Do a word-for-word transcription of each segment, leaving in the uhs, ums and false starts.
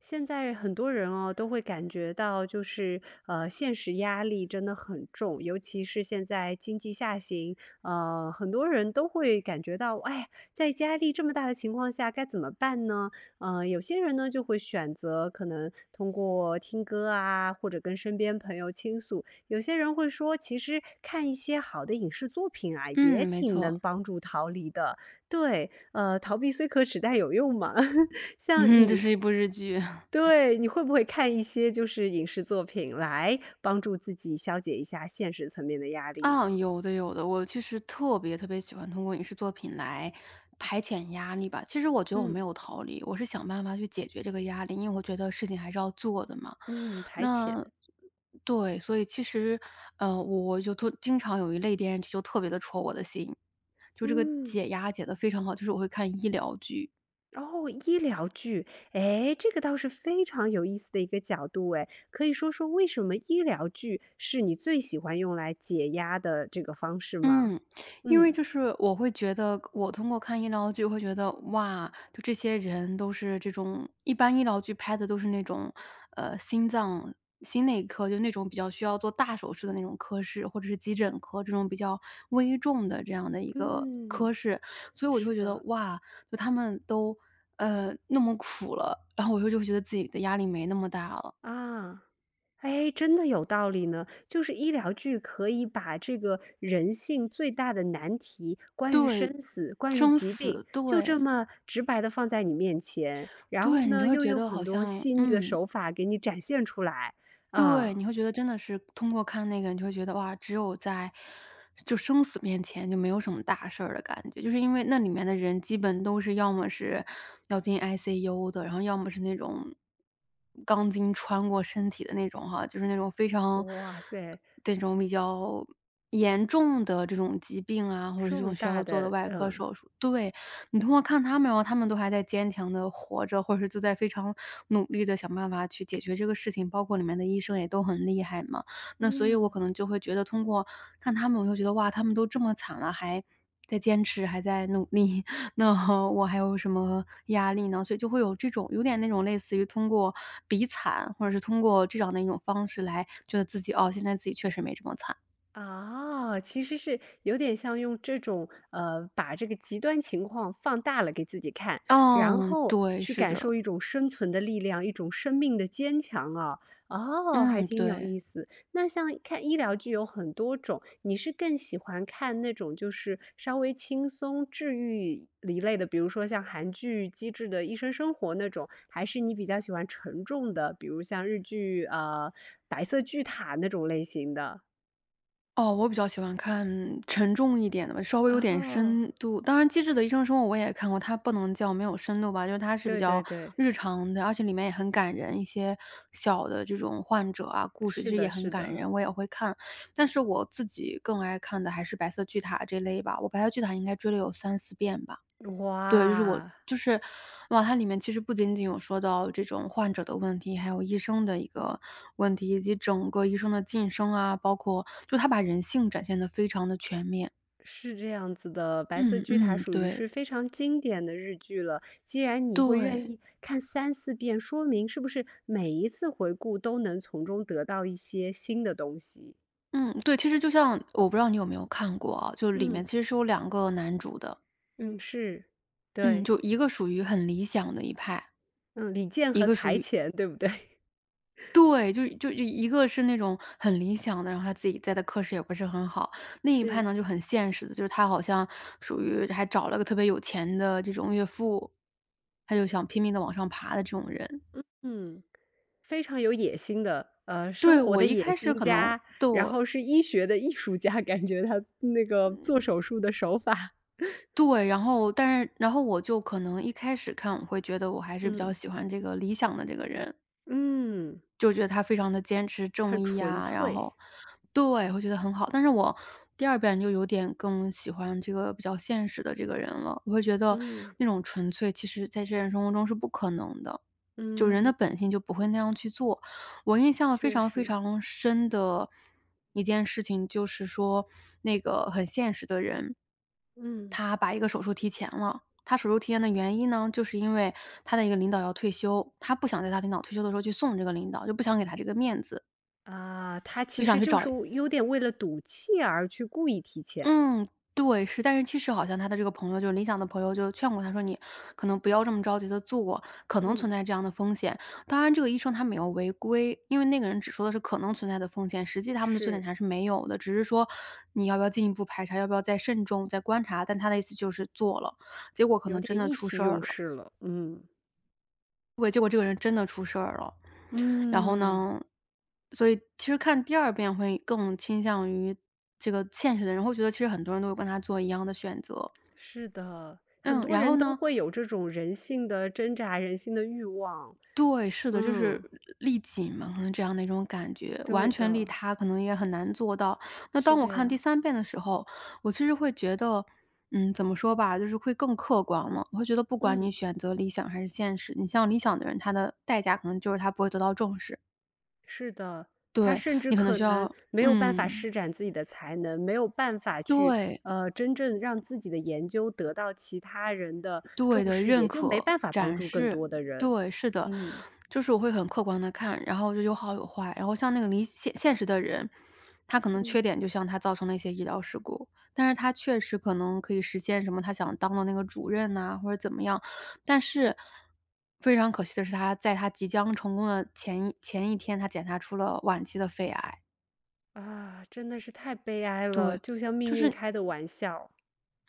现在很多人哦，都会感觉到就是，呃，现实压力真的很重，尤其是现在经济下行，呃，很多人都会感觉到，哎呀在压力这么大的情况下该怎么办呢？呃，有些人呢就会选择可能通过听歌啊，或者跟身边朋友倾诉，有些人会说，其实看一些好的影视作品啊，也嗯，没挺能错。帮助逃离的。对，呃，逃避虽可耻，但有用嘛。像嗯，这你是一部日剧。 对，你会不会看一些就是影视作品来帮助自己消解一下现实层面的压 力啊，呢？有的有的，我其实特别特别喜欢通过影视作品来排遣压力吧。其实我觉得我嗯。没有逃离，我是想办法去解决这个压力，因为我觉得事情还是要做的嘛。嗯，排遣。那对，所以其实，呃，我就特经常有一类电视剧就特别的戳我的心，就这个嗯，解压解的非常好，就是我会看医疗剧。哦，医疗剧，诶，这个倒是非常有意思的一个角度诶，可以说说为什么医疗剧是你最喜欢用来解压的这个方式吗？嗯，因为嗯。就是我会觉得，我通过看医疗剧会觉得，哇，就这些人都是这种一般医疗剧拍的都是那种，呃，心脏心内科，就那种比较需要做大手术的那种科室，或者是急诊科这种比较危重的这样的一个嗯，科室，所以我就是会觉得，的。哇，就他们都，呃，那么苦了，然后我就就会觉得自己的压力没那么大了。啊。哎，真的有道理呢。就是医疗剧可以把这个人性最大的难题，关于生对，死、关于生疾病，死，就对，这么直白的放在你面前，然后对，你就呢，会又觉用得很好多像细腻的嗯。手法给你展现出来。对，啊，你会觉得真的是通过看那个，你就会觉得哇，只有在就生死面前就没有什么大事儿的感觉，就是因为那里面的人基本都是要么是要进 I C U 的，然后要么是那种钢筋穿过身体的那种哈，就是那种非常哇塞，这种比较严重的这种疾病啊，或者这重种需大要做的的外科嗯，手术。对，你通过看他们哦，他们都还在坚强的活着，或者是就在非常努力的想办法去解决这个事情，包括里面的医生也都很厉害嘛。那所以我嗯。可能就会觉得通过看他们，我就觉得哇，他们都这么惨了，还在坚持，还在努力，那我还有什么压力呢？所以就会有这种有点那种类似于通过比惨，或者是通过这样的一种方式来觉得自己，哦，现在自己确实没这么惨。啊，其实是有点像用这种呃，把这个极端情况放大了给自己看，然嗯，后对，去是感受的，一种生存的力量，一种生命的坚强啊。哦，还嗯，挺有对。意思。那像看医疗剧有很多种，你是更喜欢看那种就是稍微轻松治愈一类的，比如说像韩剧《机智的医生生活》那种，还是你比较喜欢沉重的，比如像日剧呃《白色巨塔》那种类型的？哦，我比较喜欢看嗯沉重一点的吧稍微有点哦，深度。当然，《机智的医生生活》我也看过，它不能叫没有深度吧，就是它是比对对较对，日常的，而且里面也很感人。一些小的这种患者啊，故事其是实也的，很是感的，人，我也会看。但是我自己更爱看的还是《白色巨塔》这类吧，我《白色巨塔》应该追了有三四遍吧。对，就是我哇，就是哇，它里面其实不仅仅有说到这种患者的问题，还有医生的一个问题，以及整个医生的晋升啊，包括就他把人性展现的非常的全面。是这样子的，《白色嗯巨塔》嗯，属于对，是非常经典的日剧了。既然你会愿对，意看三四遍，说明是不是每一次回顾都能从中得到一些新的东西？嗯，对，其实就像我不知道你有没有看过啊，就里面嗯其实是有两个男主的，嗯，是，嗯，对，就一个属于很理想的一派，嗯，李健一和个属财于前，对不对？对，就就就一个是那种很理想的，然后他自己在的科室也不是很好。另一派是，呢，就很现实的，就是他好像属于还找了个特别有钱的这种岳父，他就想拼命的往上爬的这种人。嗯。非常有野心的，呃，生对，活我的一野开始心可能家，对，然我后是医学的艺术家，感觉他那个做手术的手法，对，然后但是然后我就可能一开始看我会觉得我还是比较嗯，喜欢这个理想的这个人。嗯，就觉得他非常的坚持很正义纯啊，然粹，后对，会觉得很好。但是我第二遍就有点更喜欢这个比较现实的这个人了，我会觉得嗯，那种纯粹其实在现实生活中是不可能的，就人嗯，的本性就不会那样去做。我印象非确常非实，常深的一件事情，就是说那个很现实的人嗯，他把一个手术提前了。他手术提前的原因呢，就是因为他的一个领导要退休，他不想在他领导退休的时候去送这个领导，就不想给他这个面子，啊，他就其想实去就找是有点为了赌气而去故意提前，嗯，对，是。但是其实好像他的这个朋友，就是理想的朋友就劝过他说：“你可能不要这么着急的做，可能嗯，存在这样的风险。”当然这个医生他没有违规，因为那个人只说的是可能存在的风险，实际他们的做检是，查是没有的，只是说你要不要进一步排查，要不要再慎重、再观察，但他的意思就是做了，结果可有能真点的意出气事儿用了。事了，嗯，对，结果这个人真的出事儿了。然后嗯，呢，所以其实看第二遍会更倾向于这个现实的人，会觉得其实很多人都有跟他做一样的选择。是的，很嗯，多然人后都呢会有这种人性的挣扎，人性的欲望，对，是的，就是嗯。利己嘛，可能这样的一种感觉，对完全利的，他可能也很难做到。那是当我这看第样。三遍的时候，我其实会觉得，嗯，怎么说吧，就是会更客观了。我会觉得不管你嗯，选择理想还是现实，你像理想的人，他的代价可能就是他不会得到重视。是的，他对，甚至你可能可需能要没有办法嗯，施展自己的才能，没有办法去，对，呃，真正让自己的研究得到其他人的对重的，视，认也就没可、办法帮展助更示，多的人。对，是的。嗯。就是我会很客观的看，然后就有好有坏。然后像那个离现现实的人，他可能缺嗯，点就像他造成了一些医疗事故，但是他确实可能可以实现什么他想当的那个主任呐，或者怎么样。但是非常可惜的是他在他即将成功的前一前一天，他检查出了晚期的肺癌。啊，真的是太悲哀了，对，就像就命运是开的玩笑。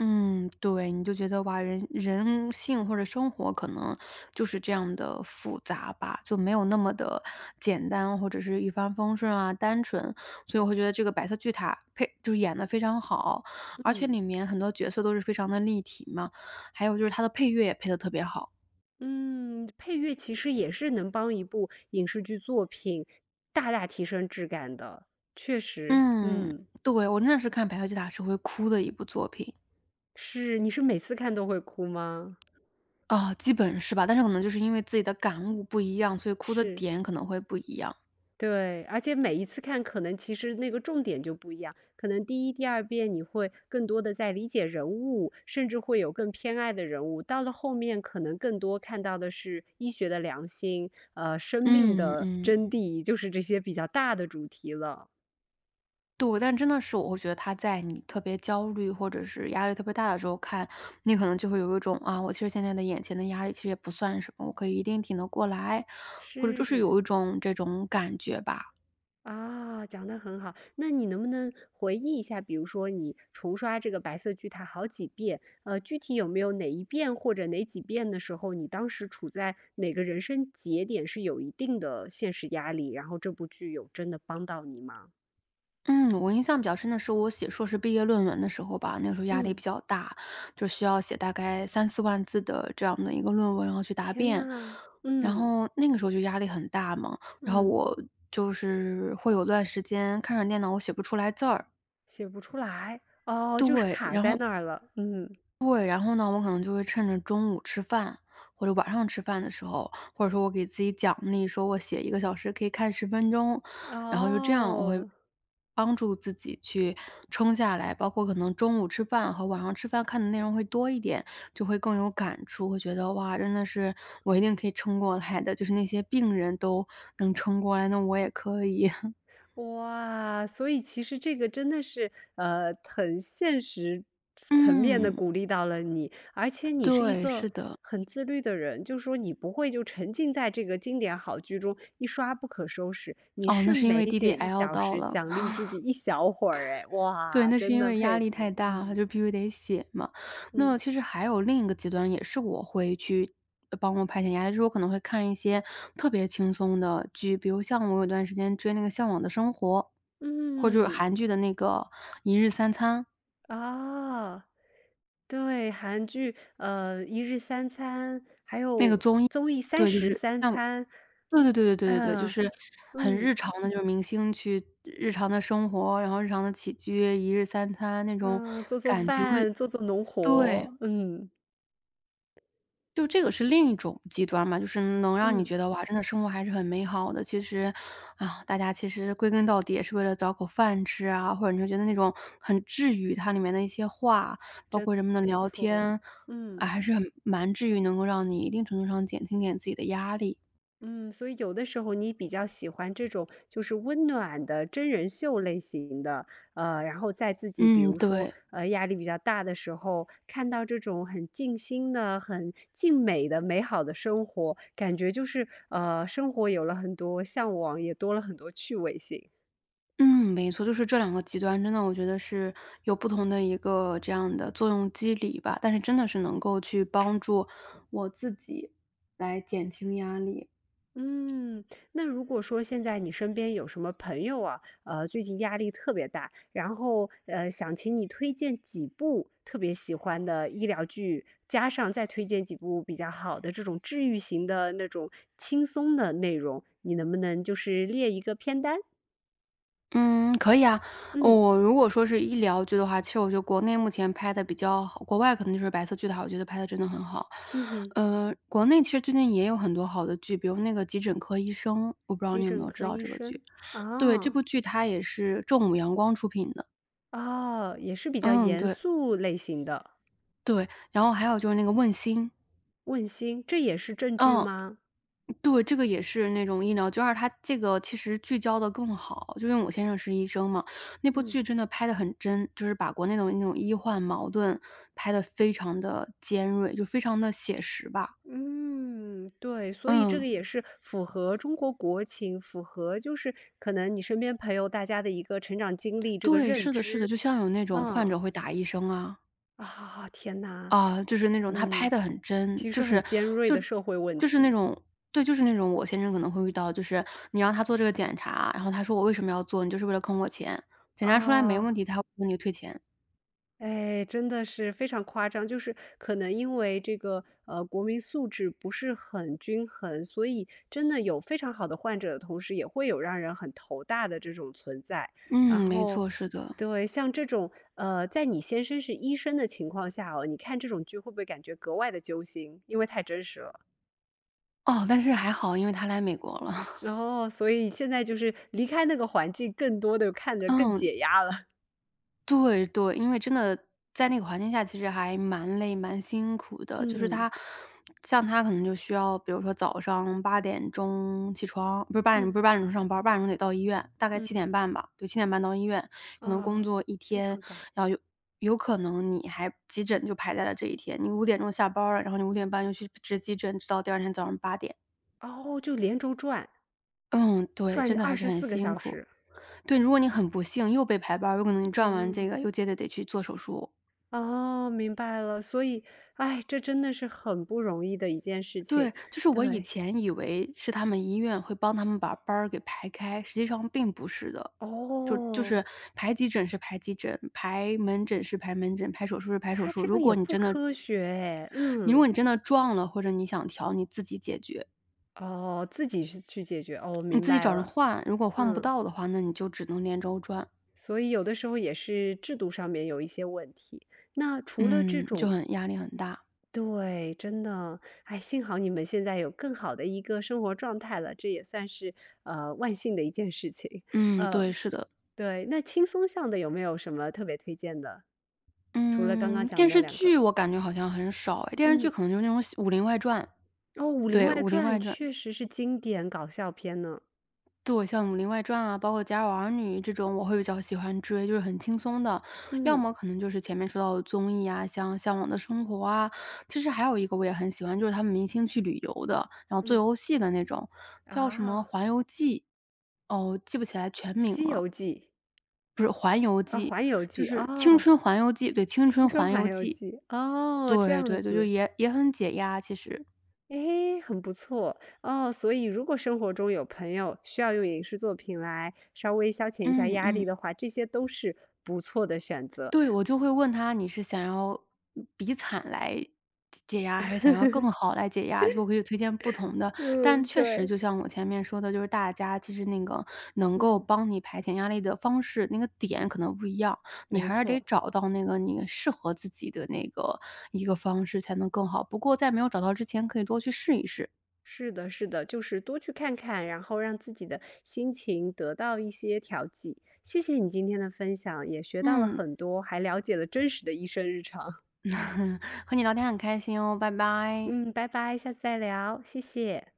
嗯，对，你就觉得哇，人人性或者生活可能就是这样的复杂吧，就没有那么的简单，或者是一帆风顺啊，单纯。所以我会觉得这个《白色巨塔》配就是演的非常好，而且嗯里面很多角色都是非常的立体嘛，还有就是它的配乐也配的特别好。嗯，配乐其实也是能帮一部影视剧作品大大提升质感的，确实，嗯，嗯。对，我真的是看《白色巨塔》是会哭的一部作品。是，你是每次看都会哭吗？啊，基本是吧，但是可能就是因为自己的感悟不一样，所以哭的是，点可能会不一样。对，而且每一次看可能其实那个重点就不一样，可能第一、第二遍你会更多的在理解人物，甚至会有更偏爱的人物，到了后面可能更多看到的是医学的良心，呃，生命嗯的嗯。真谛，就是这些比较大的主题了，对，但真的是我会觉得他在你特别焦虑或者是压力特别大的时候看，你可能就会有一种啊，我其实现在的眼前的压力其实也不算什么，我可以一定挺得过来，或者就是是。有一种这种感觉吧。啊，讲得很好。那你能不能回忆一下，比如说你重刷这个白色巨塔好几遍，呃，具体有没有哪一遍或者哪几遍的时候，你当时处在哪个人生节点是有一定的现实压力，然后这部剧有真的帮到你吗？嗯，我印象比较深的是我写硕士毕业论文的时候吧，那个时候压力比嗯，较大，就需要写大概三四万字的这样的一个论文，然后去答天辩，呐，然嗯后那个时候就压力很大嘛，然后嗯，我就是会有段时间看着电脑我写不出来字儿，写不出来，哦，就是对，卡然在后那儿了，嗯，对，然后呢，我可能就会趁着中午吃饭，或者晚上吃饭的时候，或者说我给自己奖励，说我写一个小时可以看十分钟，然后就这样我会哦。帮助自己去撑下来。包括可能中午吃饭和晚上吃饭看的内容会多一点，就会更有感触，会觉得哇，真的是我一定可以撑过来的，就是那些病人都能撑过来，那我也可以。哇，所以其实这个真的是，呃，很现实层面的嗯，鼓励到了你，而且你是一对，个是的。很自律的人，就说你不会就沉浸在这个经典好剧中一刷不可收拾，你哦，是那是因每为 写一 D D L 小到时了。奖励自己一小会儿哎，对，哇，那是真因的为压佩力太服，大了，嗯，就必须得写嘛。嗯，那其实还有另一个极端，也是我会去呃帮我排遣压力，就是我可能会看一些特别轻松的剧，比如像我有段时间追那个《向往的生活》，或者嗯，韩剧的那个《一日三餐》啊，对，韩剧，呃，《一日三餐》，还那个有综艺，综艺《三对，就十是三像餐》，对对对对对对对，就嗯是很日嗯。常的，就是明星去日常的生活，然后日常的起居，一日三餐那种嗯，做做感觉会饭，做做农对。活，嗯，就这个是另一种极端嘛，就是能让你嗯，觉得哇，真的生活还是很美好的。其实，啊，大家其实归根到底也是为了找口饭吃啊，或者你会觉得那种很治愈，它里面的一些话，包真括的人们的没聊错，天，啊，嗯，还是很蛮治愈，能够让你一定程度上减轻点自己的压力。嗯，所以有的时候你比较喜欢这种就是温暖的真人秀类型的，呃，然后在自己比嗯，如说，对，呃，压力比较大的时候，看到这种很静心的、很静美的、美好的生活，感觉就是，呃，生活有了很多向往，也多了很多趣味性。嗯，没错，就是这两个极端，真的我觉得是有不同的一个这样的作用机理吧，但是真的是能够去帮助我自己来减轻压力。嗯，那如果说现在你身边有什么朋友啊，呃，最近压力特别大，然后呃，想请你推荐几部特别喜欢的医疗剧，加上再推荐几部比较好的这种治愈型的那种轻松的内容，你能不能就是列一个片单？嗯，可以啊。嗯我如果说是医疗剧的话，其实我觉得国内目前拍的比较好，国外可能就是白色巨塔，我觉得拍的真的很好。嗯哼，呃，国内其实最近也有很多好的剧，比如那个《急诊科医生》，我不知道急你有没诊有知科道医这个剧？生对，这啊部剧它也是正午阳光出品的。哦，也是比较嗯，严对，肃类型的，对，然后还有就是那个《问心》，问心，这也是正剧嗯。吗？对，这个也是那种医疗就二，而它这个其实聚焦的更好。就因为我先生是医生嘛，那部嗯。剧真的拍的很真，就是把国内的那种医患矛盾拍的非常的尖锐，就非常的写实吧。嗯，对，所以这个嗯，也是符合中国国情，符合就是可能你身边朋友大家的一个成长经历，这个对，认是的是的，知。就像有那种患嗯，者会打医生啊，啊，天呐，啊，就是那种他拍嗯，的很真，其就实很是尖锐就的社会问就是那题，种对，就是那种我先生可能会遇到，就是你让他做这个检查，然后他说：“我为什么要做？你就是为了坑我钱。”检查出来没啊。问题，他会问你退钱。哎，真的是非常夸张，就是可能因为这个呃国民素质不是很均衡，所以真的有非常好的患者的同时，也会有让人很头大的这种存在。然嗯，没后，错，是的。对，像这种呃，在你先生是医生的情况下哦，你看这种剧会不会感觉格外的揪心？因为太真实了。哦，但是还好，因为他来美国了。然后，所以现在就是离开那个环境，更多的看着更嗯，解压了。对对，因为真的在那个环境下，其实还蛮累、蛮辛苦 的。嗯就是他，嗯像他可能就需要，比如说早上八点钟起床，不是八点，不嗯。是八点钟上班八点钟得到医院，大概七嗯，点半吧，对，七点半到医院，可能工啊，作一非天，常早。然后有有可能你还急诊就排在了这一天，你五点钟下班了，然后你五点半又去值急诊，直到第二天早上八点。哦，就连轴转，嗯，对，转真的二还是十很四个辛小苦。时。对，如果你很不幸又被排班儿，有可能你赚完这嗯。个又接着得去做手术。哦，明白了，所以，哎，这真的是很不容易的一件事情。对，就是我以对，前以为是他们医院会帮他们把班儿给排开，实际上并不是的。就就哦，是排急诊是排急诊，排门诊是排门诊，排手术是排手他术。这如样也果你不真的科学哎，你如嗯，果你真的撞了，或者你想调，你自己解决，哦，自己去去解决，哦，你明自己白找人了，换。如果换不嗯，到的话，那你就只能连轴转，所以有的时候也是制度上面有一些问题。那除了这嗯，就种很压力很大。对，真的，哎，幸好你们现在有更好的一个生活状态了，这也算是呃万幸的一件事情。嗯，呃，对，是的。对，那轻松向的有没有什么特别推荐的？除了刚刚嗯，讲的电那视两个，剧我感觉好像很少哎，电视剧嗯，可能就是那种《武林外传》。哦，《武林对，外《武林传》外传》，确实是经典搞笑片呢。对，像《武林外传》啊，包括《家有儿女》这种，我会比较喜欢追，就是很轻松的。要嗯么可能就是前面说到的综艺啊，像《向往的生活》啊，其实还有一个我也很喜欢，就是他们明星去旅游的，然后做嗯游戏的那种，叫什么啊，《环游记》。哦，记不起来全名《西了，游记》啊，《环游就记》是《青哦，春环游记》，对，《青《青春春环环游游记》。记》哦，这对样对对，就子。也也很解压，其实。诶，很不错哦。所以，如果生活中有朋友需要用影视作品来稍微消遣一下嗯压力嗯，的话，这些都是不错的选择。对，我就会问他：“你是想要嗯比惨来解解压，还是想要更好来解压？”就我可以推荐不同的。但嗯，确实对。就像我前面说的，就是大家其实那个能够嗯，帮你排遣压力的方式，那个点可能不一样，你没还是得错，找到那个你适合自己的那个一个方式才能更好。不过在没有找到之前，可以多去试一试。是的，是的，就是多去看看，然后让自己的心情得到一些调剂。谢谢你今天的分享，也学到了嗯，很多，还了解了真实的医生日常。和你聊天很开心哦，拜 拜。嗯，拜拜，下次再聊，谢谢。